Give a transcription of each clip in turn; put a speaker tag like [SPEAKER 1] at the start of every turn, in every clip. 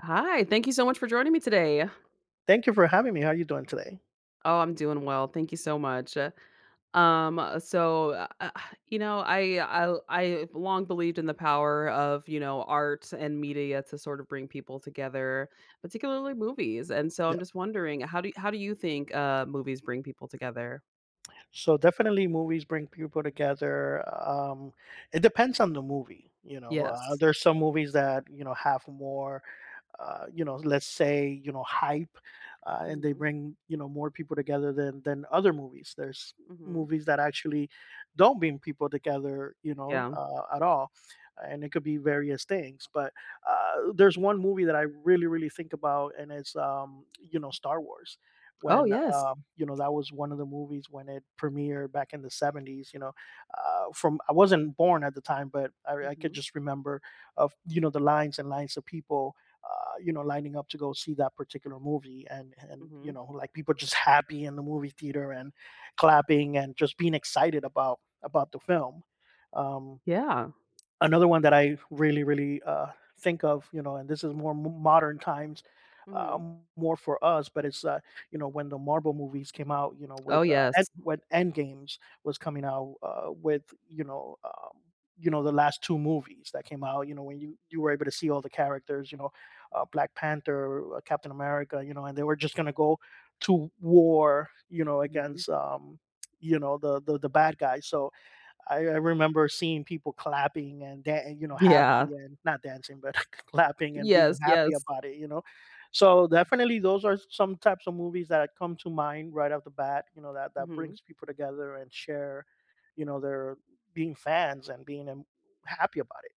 [SPEAKER 1] Hi, thank you so much for joining me today.
[SPEAKER 2] Thank you for having me. How are you doing today?
[SPEAKER 1] Oh, I'm doing well. Thank you so much. Um, uh, so uh, uh, I've long believed in the power of, you know, art and media to sort of bring people together, particularly movies. And so
[SPEAKER 2] Yeah.
[SPEAKER 1] I'm just wondering, how do you think movies bring people together?
[SPEAKER 2] So definitely movies bring people together. Um, it depends on the movie, you know.
[SPEAKER 1] Yes.
[SPEAKER 2] There's some movies that, you know, have more you know, let's say, you know, hype, and they
[SPEAKER 1] Mhm.
[SPEAKER 2] bring, you know, more people together than other movies. There's
[SPEAKER 1] Mhm.
[SPEAKER 2] movies that actually don't bring people together, you know,
[SPEAKER 1] Yeah.
[SPEAKER 2] at all, and it could be various things, but there's one movie that I really think about, and it's, you know, Star Wars.
[SPEAKER 1] Oh,
[SPEAKER 2] When,
[SPEAKER 1] yes.
[SPEAKER 2] you know, that was one of the movies when it premiered back in the '70s, you know, from— I wasn't born at the time, but I could
[SPEAKER 1] Mhm.
[SPEAKER 2] just remember of, you know, the lines and lines of people, you know, lining up to go see that particular movie. And you
[SPEAKER 1] Mhm.
[SPEAKER 2] know, like people just happy in the movie theater and clapping and just being excited about the film. um
[SPEAKER 1] Yeah.
[SPEAKER 2] Another one that I really think of, you know, and this is more modern times, uh,
[SPEAKER 1] Mhm.
[SPEAKER 2] more for us, but it's, you know, when the Marvel movies came out, you know,
[SPEAKER 1] Oh,
[SPEAKER 2] with
[SPEAKER 1] yes.
[SPEAKER 2] when End Games was coming out, with, you know. You know, the last two movies that came out, you know, when you were able to see all the characters, you know, Black Panther, Captain America, you know, and they were just going to go to war, you know,
[SPEAKER 1] Mhm.
[SPEAKER 2] against, you know, the bad guys. So I remember seeing people clapping and you know,
[SPEAKER 1] Yeah.
[SPEAKER 2] happy and not dancing but clapping and being
[SPEAKER 1] Yes,
[SPEAKER 2] happy
[SPEAKER 1] yes.
[SPEAKER 2] about it, you know. So definitely those are some types of movies that come to mind right off the bat, you know, that
[SPEAKER 1] Mhm.
[SPEAKER 2] brings people together and share, you know, their being fans and being, happy about it.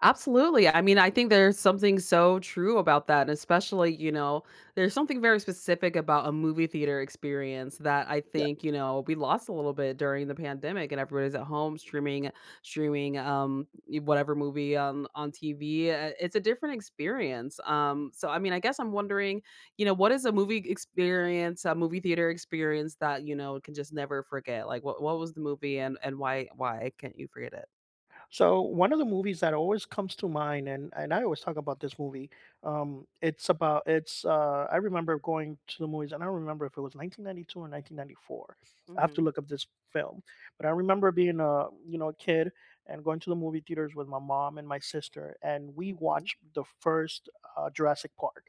[SPEAKER 1] Absolutely. I mean, I think there's something so true about that, and especially, you know, there's something very specific about a movie theater experience that I think, you know, we lost a little bit during the pandemic and everybody's at home streaming whatever movie on TV. It's a different experience. So I mean, I guess I'm wondering, you know, what is a movie experience, a movie theater experience that, you know, can just never forget? Like what was the movie and why can't you forget it?
[SPEAKER 2] So one of the movies that always comes to mind, and I always talk about this movie. It's about it's. I remember going to the movies, and I don't remember if it was 1992 or 1994. I have to
[SPEAKER 1] Mhm.
[SPEAKER 2] look up this film, but I remember being a, you know, a kid, and going to the movie theaters with my mom and my sister, and we watched the first Jurassic Park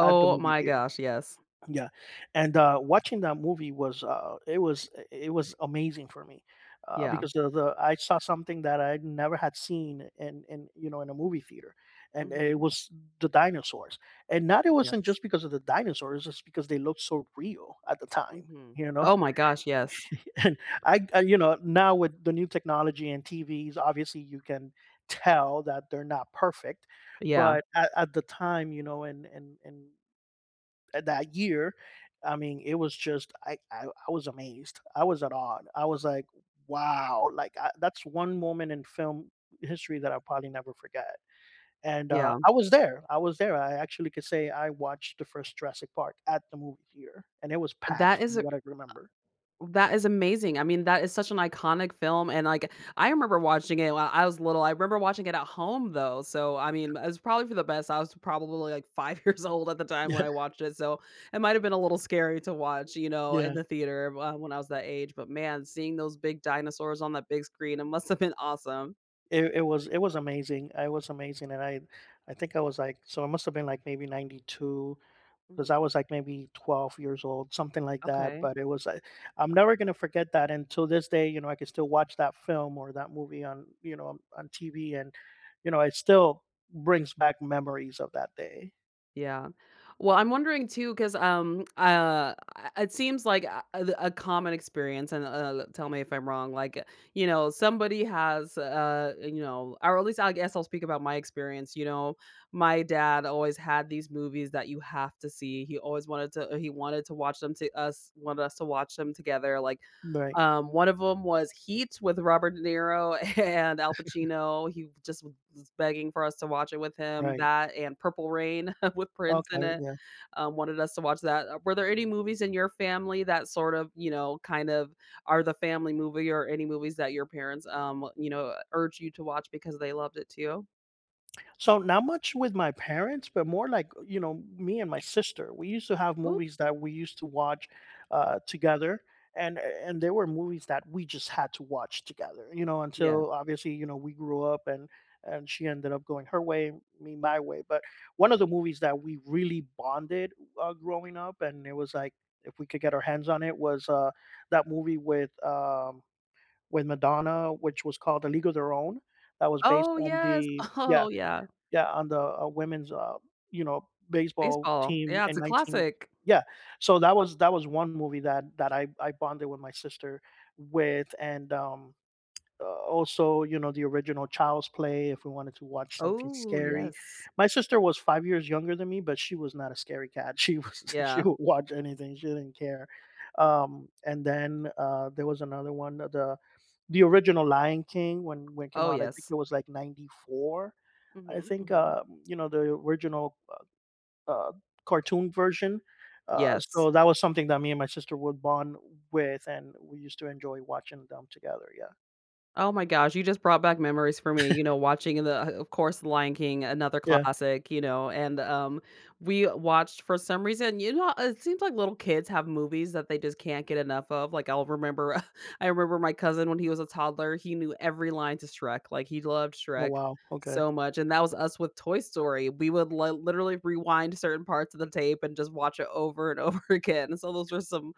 [SPEAKER 2] at the movie
[SPEAKER 1] my
[SPEAKER 2] theater.
[SPEAKER 1] gosh, yes.
[SPEAKER 2] Yeah, and, watching that movie was, it was amazing for me,
[SPEAKER 1] Yeah.
[SPEAKER 2] because the I saw something that I never had seen in you know, in a movie theater, and it
[SPEAKER 1] Mhm.
[SPEAKER 2] was the dinosaurs. And not, it wasn't
[SPEAKER 1] Yes.
[SPEAKER 2] just because of the dinosaurs, it's because they looked so real at the time.
[SPEAKER 1] Mhm.
[SPEAKER 2] You know,
[SPEAKER 1] Oh my gosh, yes.
[SPEAKER 2] and I you know, now with the new technology and TVs, obviously you can tell that they're not perfect,
[SPEAKER 1] Yeah,
[SPEAKER 2] but at the time, you know, and and that year, I mean, it was just I was amazed. I was at awe. I was like, wow, that's one moment in film history that I'll probably never forget. And,
[SPEAKER 1] yeah.
[SPEAKER 2] I was there. I was there. I actually could say I watched the first Jurassic Park at the movie theater, and it was packed,
[SPEAKER 1] That
[SPEAKER 2] from
[SPEAKER 1] is a
[SPEAKER 2] what I remember.
[SPEAKER 1] that is amazing. I mean, that is such an iconic film, and, like, I remember watching it when I was little. I remember watching it at home, though, so, I mean, it was probably for the best. I was probably, like, 5 years old at the time
[SPEAKER 2] Yeah,
[SPEAKER 1] when I watched it, so it might have been a little scary to watch, you know,
[SPEAKER 2] yeah.
[SPEAKER 1] in the theater, when I was that age, but man, seeing those big dinosaurs on that big screen, it must have been awesome.
[SPEAKER 2] It was amazing. It was amazing, and I think I was, like, so, it must have been like maybe 92, 'cause I
[SPEAKER 1] Mhm.
[SPEAKER 2] was, like, maybe 12 years old, something like that,
[SPEAKER 1] Okay.
[SPEAKER 2] but it was, like, I'm never gonna forget that, and till this day, you know, I can still watch that film or that movie on, you know, on TV, and, you know, it still brings back memories of that day.
[SPEAKER 1] Yeah. Well, I'm wondering too, because it seems like a common experience, and tell me if I'm wrong. Like, you know, somebody has, you know, or at least I guess I'll speak about my experience. You know, my dad always had these movies that you have to see. He always wanted to, he wanted to watch them to us, wanted us to watch them together. Like,
[SPEAKER 2] Right,
[SPEAKER 1] one of them was Heat with Robert De Niro and Al Pacino. He just was begging for us to watch it with him.
[SPEAKER 2] right.
[SPEAKER 1] That and Purple Rain with Prince in
[SPEAKER 2] Okay,
[SPEAKER 1] it,
[SPEAKER 2] yeah.
[SPEAKER 1] wanted us to watch that. Were there any movies in your family that sort of, you know, kind of are the family movie or any movies that your parents, you know, urge you to watch because they loved it too?
[SPEAKER 2] So not much with my parents, but more like, you know, me and my sister. We used to have
[SPEAKER 1] Ooh,
[SPEAKER 2] movies that we used to watch, together, and there were movies that we just had to watch together. You know,
[SPEAKER 1] yeah.
[SPEAKER 2] until obviously, you know, we grew up, and she ended up going her way, me my way. But one of the movies that we really bonded, growing up, and it was like if we could get our hands on it, was, that movie with, with Madonna, which was called *A League of Their Own*. That was based
[SPEAKER 1] Oh,
[SPEAKER 2] on
[SPEAKER 1] yes.
[SPEAKER 2] the, yeah,
[SPEAKER 1] Oh, yeah.
[SPEAKER 2] yeah, on the, women's, you know, baseball
[SPEAKER 1] Baseball.
[SPEAKER 2] team
[SPEAKER 1] Yeah, it's
[SPEAKER 2] in
[SPEAKER 1] a
[SPEAKER 2] 19,
[SPEAKER 1] classic.
[SPEAKER 2] yeah. So that was one movie that I bonded with my sister with, and, also, you know, the original Child's Play, if we wanted to watch something
[SPEAKER 1] Oh,
[SPEAKER 2] scary.
[SPEAKER 1] yes.
[SPEAKER 2] My sister was 5 years younger than me, but she was not a scary cat. She
[SPEAKER 1] Yeah.
[SPEAKER 2] would watch anything, she didn't care. And then, there was another one, the original Lion King when it came
[SPEAKER 1] Oh,
[SPEAKER 2] out, I think
[SPEAKER 1] yes.
[SPEAKER 2] it was like 94. I
[SPEAKER 1] Mhm,
[SPEAKER 2] think,
[SPEAKER 1] mhm.
[SPEAKER 2] you know, the original, uh, cartoon version.
[SPEAKER 1] Yes.
[SPEAKER 2] So that was something that me and my sister would bond with, and we used to enjoy watching them together. Yeah.
[SPEAKER 1] Oh my gosh, you just brought back memories for me, you know, watching the of course, The Lion King, another
[SPEAKER 2] Yeah.
[SPEAKER 1] classic, you know, and, we watched for some reason, you know, it seems like little kids have movies that they just can't get enough of, like, I'll remember I remember my cousin when he was a toddler, he knew every line to Shrek, like, he loved
[SPEAKER 2] Oh,
[SPEAKER 1] Shrek
[SPEAKER 2] wow. Okay.
[SPEAKER 1] so much, and that was us with Toy Story, we would li literally rewind certain parts of the tape and just watch it over and over again, so those were some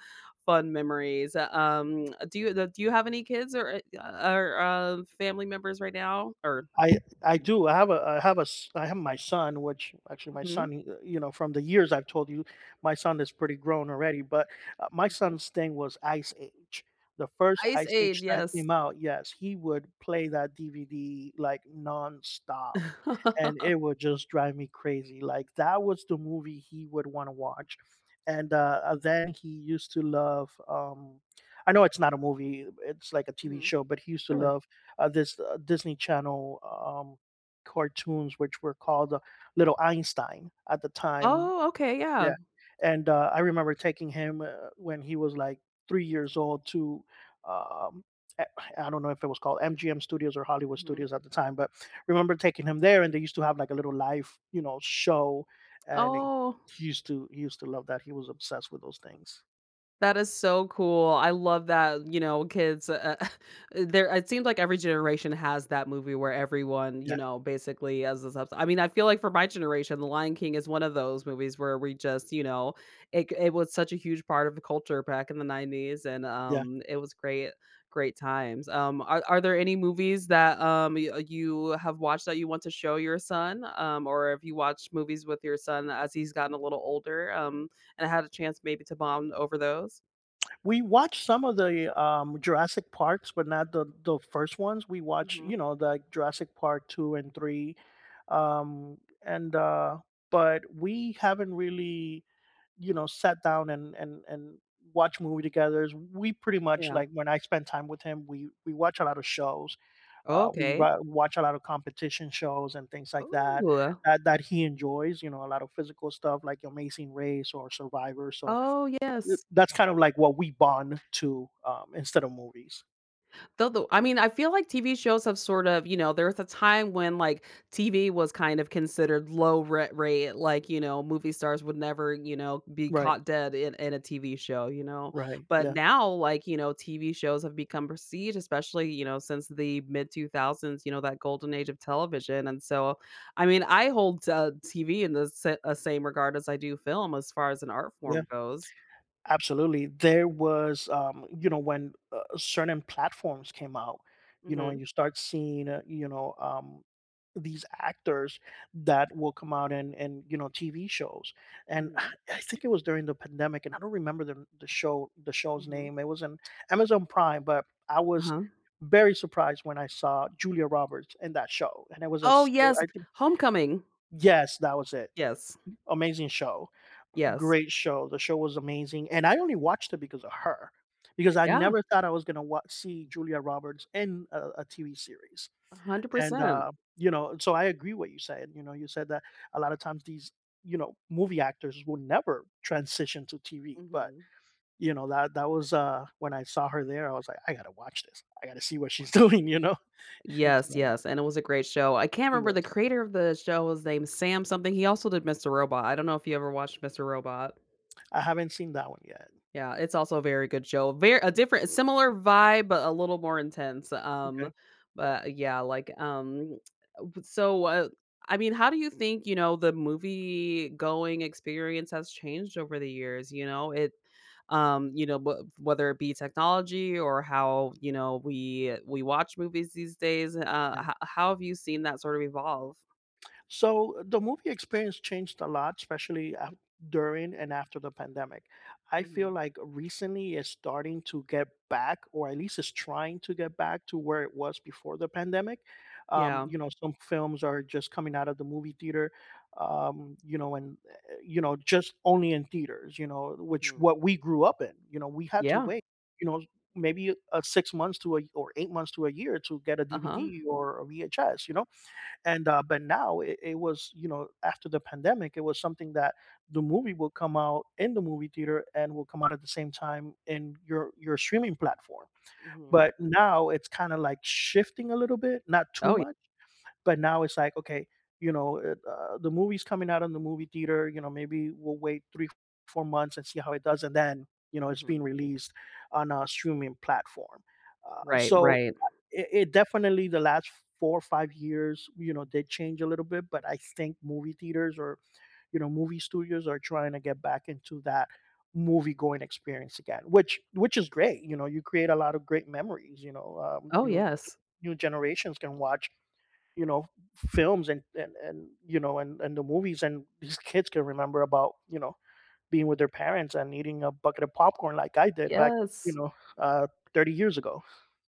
[SPEAKER 1] fun memories. Do you have any kids or family members right now? Or
[SPEAKER 2] I I do. I have a I have my son, which actually my
[SPEAKER 1] Mhm,
[SPEAKER 2] son, you know, from the years I've told you, my son is pretty grown already. But, my
[SPEAKER 1] mhm.
[SPEAKER 2] son's thing was Ice Age. The first
[SPEAKER 1] Ice
[SPEAKER 2] Ice Age
[SPEAKER 1] Age,
[SPEAKER 2] that
[SPEAKER 1] yes.
[SPEAKER 2] came out, yes, he would play that DVD like nonstop, and it would just drive me crazy. Like that was the movie he would want to watch, and, then he used to love. I know it's not a movie, it's like a TV
[SPEAKER 1] Mhm,
[SPEAKER 2] show, but he used to
[SPEAKER 1] sure.
[SPEAKER 2] love, this Disney Channel, cartoons, which were called, Little Einstein at the time.
[SPEAKER 1] Oh, okay, yeah.
[SPEAKER 2] Yeah, and, I remember taking him, when he was like 3 years old to. Um, a- I don't know if it was called MGM Studios or Hollywood
[SPEAKER 1] Mhm.
[SPEAKER 2] Studios at the time, but remember taking him there, and they used to have like a little live, you know, show, and
[SPEAKER 1] Oh.
[SPEAKER 2] he used to love that. He was obsessed with those things.
[SPEAKER 1] That is so cool. I love that, you know, kids, there it seems like every generation has that movie where everyone,
[SPEAKER 2] Yeah,
[SPEAKER 1] you know, basically has this ups I mean, I feel like for my generation, The Lion King is one of those movies where we just, you know, it was such a huge part of the culture back in the '90s, and
[SPEAKER 2] yeah.
[SPEAKER 1] it was great times. Are there any movies that you have watched that you want to show your son? Or if you watch movies with your son as he's gotten a little older? And I had a chance maybe to bond over those.
[SPEAKER 2] We watched some of the, Jurassic Parks, but not the first ones. We watched, you
[SPEAKER 1] Mhm.
[SPEAKER 2] know, the Jurassic Park 2 and 3, and, but we haven't really, you know, sat down and and watch movie together. We pretty much,
[SPEAKER 1] Yeah.
[SPEAKER 2] like, when I spend time with him, we watch a lot of shows. We
[SPEAKER 1] Okay.
[SPEAKER 2] wa watch a lot of competition shows and things like that,
[SPEAKER 1] Ooh.
[SPEAKER 2] that he enjoys, you know, a lot of physical stuff like Amazing Race or Survivor, so
[SPEAKER 1] Oh, yes.
[SPEAKER 2] that's kind of like what we bond to, instead of movies.
[SPEAKER 1] Though the I mean, I feel like TV shows have sort of, you know, there was a time when like TV was kind of considered low ret rate, like, you know, movie stars would never, you know, be
[SPEAKER 2] Right,
[SPEAKER 1] caught dead in a TV show, you know.
[SPEAKER 2] right.
[SPEAKER 1] But
[SPEAKER 2] Yeah,
[SPEAKER 1] now, like, you know, TV shows have become prestige, especially, you know, since the mid 2000s, you know, that golden age of television. And so, I mean, I hold TV in the same regard as I do film as far as an art
[SPEAKER 2] yeah,
[SPEAKER 1] form goes.
[SPEAKER 2] absolutely. There was, you know, when, certain platforms came out, you know, and
[SPEAKER 1] Hmm
[SPEAKER 2] you start seeing, you know, these actors that will come out and you know, TV shows, and
[SPEAKER 1] hmm
[SPEAKER 2] I think it was during the pandemic, and I don't remember the show's
[SPEAKER 1] hmm
[SPEAKER 2] name. It was an Amazon Prime, but I was
[SPEAKER 1] Uh-huh.
[SPEAKER 2] very surprised when I saw Julia Roberts in that show, and it was a
[SPEAKER 1] Oh yes,
[SPEAKER 2] I think.
[SPEAKER 1] Homecoming.
[SPEAKER 2] Yes, that was it.
[SPEAKER 1] Yes.
[SPEAKER 2] Amazing show.
[SPEAKER 1] Yes.
[SPEAKER 2] Great show. The show was amazing, and I only watched it because of her, because I
[SPEAKER 1] Yeah,
[SPEAKER 2] never thought I was gonna wa see Julia Roberts in a TV series, and,
[SPEAKER 1] 100%.
[SPEAKER 2] you know, so I agree what you said, you know, you said that a lot of times these, you know, movie actors will never transition to TV, but,
[SPEAKER 1] Mhm.
[SPEAKER 2] you know, that was, when I saw her there, I was like, "I gotta watch this. I gotta see what she's
[SPEAKER 1] Wow.
[SPEAKER 2] doing," you know? It's
[SPEAKER 1] Yes,
[SPEAKER 2] like
[SPEAKER 1] yes, and it was a great show. I can't
[SPEAKER 2] it
[SPEAKER 1] remember
[SPEAKER 2] was.
[SPEAKER 1] the creator of the show was named Sam something. He also did Mr. Robot. I don't know if you ever watched Mr. Robot.
[SPEAKER 2] I haven't seen that one yet.
[SPEAKER 1] Yeah, it's also a very good show. Very a different similar vibe, but a little more intense.
[SPEAKER 2] Okay. Yeah,
[SPEAKER 1] But yeah, like, So, I mean, how do you think, you know, the movie going experience has changed over the years? You know, it, you know, whether it be technology or how, you know, we watch movies these days.
[SPEAKER 2] yeah.
[SPEAKER 1] How have you seen that sort of evolve?
[SPEAKER 2] So the movie experience changed a lot, especially during and after the pandemic. I feel
[SPEAKER 1] Mhm.
[SPEAKER 2] like recently it's starting to get back, or at least it's trying to get back to where it was before the pandemic.
[SPEAKER 1] Yeah.
[SPEAKER 2] You know, some films are just coming out of the movie theater, you know, and, you know, just only in theaters, you know, which
[SPEAKER 1] Mhm.
[SPEAKER 2] what we grew up in, you know, we had to
[SPEAKER 1] Yeah.
[SPEAKER 2] wait, you know, maybe 6 months to a, or 8 months to a year, to get a
[SPEAKER 1] Uh huh.
[SPEAKER 2] DVD or a VHS, you know, and, but now it was, you know, after the pandemic, it was something that the movie will come out in the movie theater and will come out at the same time in your streaming platform.
[SPEAKER 1] Mhm.
[SPEAKER 2] But now it's kind of like shifting a little bit, not too
[SPEAKER 1] Oh, yeah.
[SPEAKER 2] much, but now it's like, okay, you know, the movie's coming out in the movie theater, you know, maybe we'll wait 3-4 months and see how it does, and then you know, it's being
[SPEAKER 1] Mhm.
[SPEAKER 2] released on a streaming platform,
[SPEAKER 1] Right.
[SPEAKER 2] so
[SPEAKER 1] Right.
[SPEAKER 2] it definitely, the last 4 or 5 years, you know, did change a little bit, but I think movie theaters, or you know, movie studios are trying to get back into that movie going experience again, which is great. You know, you create a lot of great memories, you know,
[SPEAKER 1] Oh,
[SPEAKER 2] you know,
[SPEAKER 1] yes.
[SPEAKER 2] new generations can watch, you know, films and you know and the movies, and these kids can remember about, you know, being with their parents and eating a bucket of popcorn like I did back, you
[SPEAKER 1] Yes.
[SPEAKER 2] know, 30 years ago.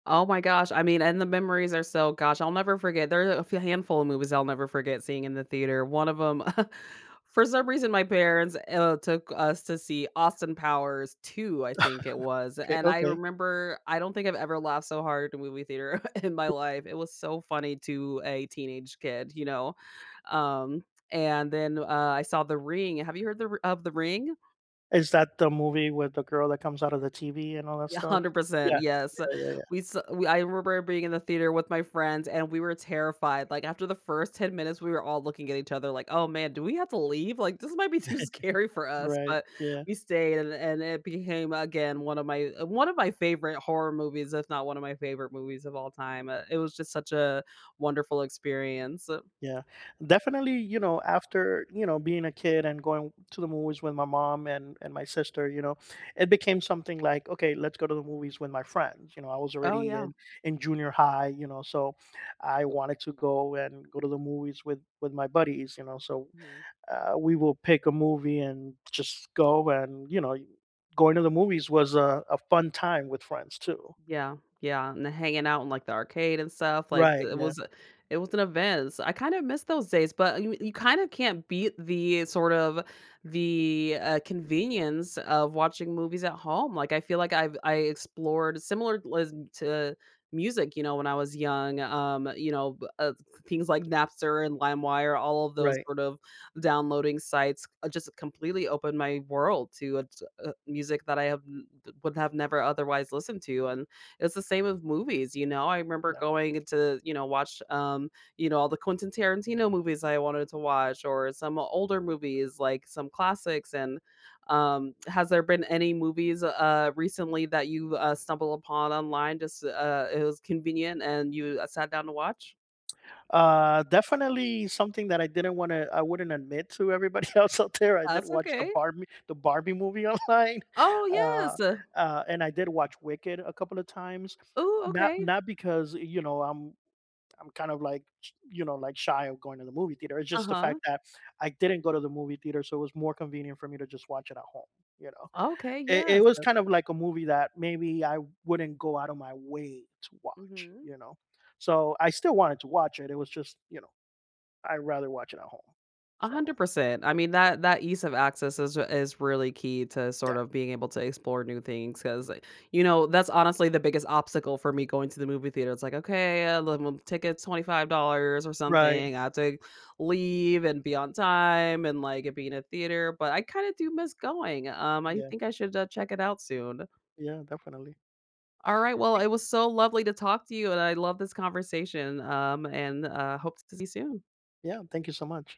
[SPEAKER 1] Oh my gosh, I mean, and the memories are I'll never forget. There are a few handful of movies I'll never forget seeing in the theater. One of them, for some reason, my parents, took us to see Austin Powers 2, I think it was,
[SPEAKER 2] Okay,
[SPEAKER 1] and I
[SPEAKER 2] okay.
[SPEAKER 1] remember I don't think I've ever laughed so hard at a movie theater in my life. It was so funny to a teenage kid, you know? Um, and then, I saw The Ring. Have you heard the of The Ring?
[SPEAKER 2] Is that the movie with the girl that comes out of the TV and all that
[SPEAKER 1] Yeah,
[SPEAKER 2] stuff?
[SPEAKER 1] 100%,
[SPEAKER 2] Yeah.
[SPEAKER 1] yes.
[SPEAKER 2] Yeah, yeah, yeah.
[SPEAKER 1] We s we I remember being in the theater with my friends, and we were terrified, like, after the first 10 minutes, we were all looking at each other like, "Oh, man, do we have to leave? Like, this might be too scary for us,"
[SPEAKER 2] Right.
[SPEAKER 1] but
[SPEAKER 2] Yeah.
[SPEAKER 1] we stayed, and it became, again, one of my favorite horror movies, if not one of my favorite movies of all time. It was just such a wonderful experience.
[SPEAKER 2] Yeah. Definitely, you know, after, you know, being a kid and going to the movies with my mom and my sister, you know, it became something like, okay, let's go to the movies with my friends. You know, I was
[SPEAKER 1] Oh,
[SPEAKER 2] already
[SPEAKER 1] yeah.
[SPEAKER 2] in junior high, you know, so I wanted to go and go to the movies with my buddies, you know. So,
[SPEAKER 1] Mhm.
[SPEAKER 2] we will pick a movie and just go, and you know, going to the movies was a fun time with friends too.
[SPEAKER 1] Yeah, yeah, and then hanging out in, like, the arcade and stuff, like,
[SPEAKER 2] Right. Yeah.
[SPEAKER 1] it was an event, so I kinda miss those days, but you kinda can't beat the sort of the convenience of watching movies at home, like, I feel like I've I explored similar lis to music, you know, when I was young, you know, b things like Napster and LimeWire, all of those
[SPEAKER 2] Right.
[SPEAKER 1] sort of downloading sites, just completely opened my world to a t music that I have n would have never otherwise listened to, and it's the same with movies, you know, I remember
[SPEAKER 2] Yeah.
[SPEAKER 1] going to, you know, watch, you know, all the Quentin Tarantino movies I wanted to watch or some older movies, like some classics, and, has there been any movies, recently that you, stumbled upon online just, it was convenient and you, sat down to watch?
[SPEAKER 2] Definitely something that I didn't want to, I wouldn't admit to everybody else out there, I did
[SPEAKER 1] That's
[SPEAKER 2] watch the
[SPEAKER 1] okay.
[SPEAKER 2] barbie the Barbie movie online,
[SPEAKER 1] Oh,
[SPEAKER 2] uh,
[SPEAKER 1] yes.
[SPEAKER 2] and I did watch Wicked a couple of times.
[SPEAKER 1] Oh
[SPEAKER 2] not
[SPEAKER 1] okay.
[SPEAKER 2] not because, you know, I'm— I'm kind of like, you know, like shy of going to the movie theater. It's just the fact
[SPEAKER 1] Uh-huh.
[SPEAKER 2] that I didn't go to the movie theater, so it was more convenient for me to just watch it at home. You know,
[SPEAKER 1] Okay,
[SPEAKER 2] it
[SPEAKER 1] yes.
[SPEAKER 2] was kind of like a movie that maybe I wouldn't go out of my way to watch.
[SPEAKER 1] Mhm.
[SPEAKER 2] You know, so I still wanted to watch it. It was just, you know, I'd rather watch it at home. So
[SPEAKER 1] 100%. I mean, that that ease of access is really key to
[SPEAKER 2] yeah,
[SPEAKER 1] sort of being able to explore new things because, you know, that's honestly the biggest obstacle for me going to the movie theater. It's like, okay, the ticket's $25 or
[SPEAKER 2] right,
[SPEAKER 1] something. I have to leave and be on time and like it being a theater. But I kind of do miss going. I
[SPEAKER 2] yeah,
[SPEAKER 1] think I should check it out soon.
[SPEAKER 2] yeah, definitely.
[SPEAKER 1] All right. Well,
[SPEAKER 2] Thank-
[SPEAKER 1] it was so lovely to talk to you, and I love this conversation. And hope to see you soon.
[SPEAKER 2] Yeah, thank you so much.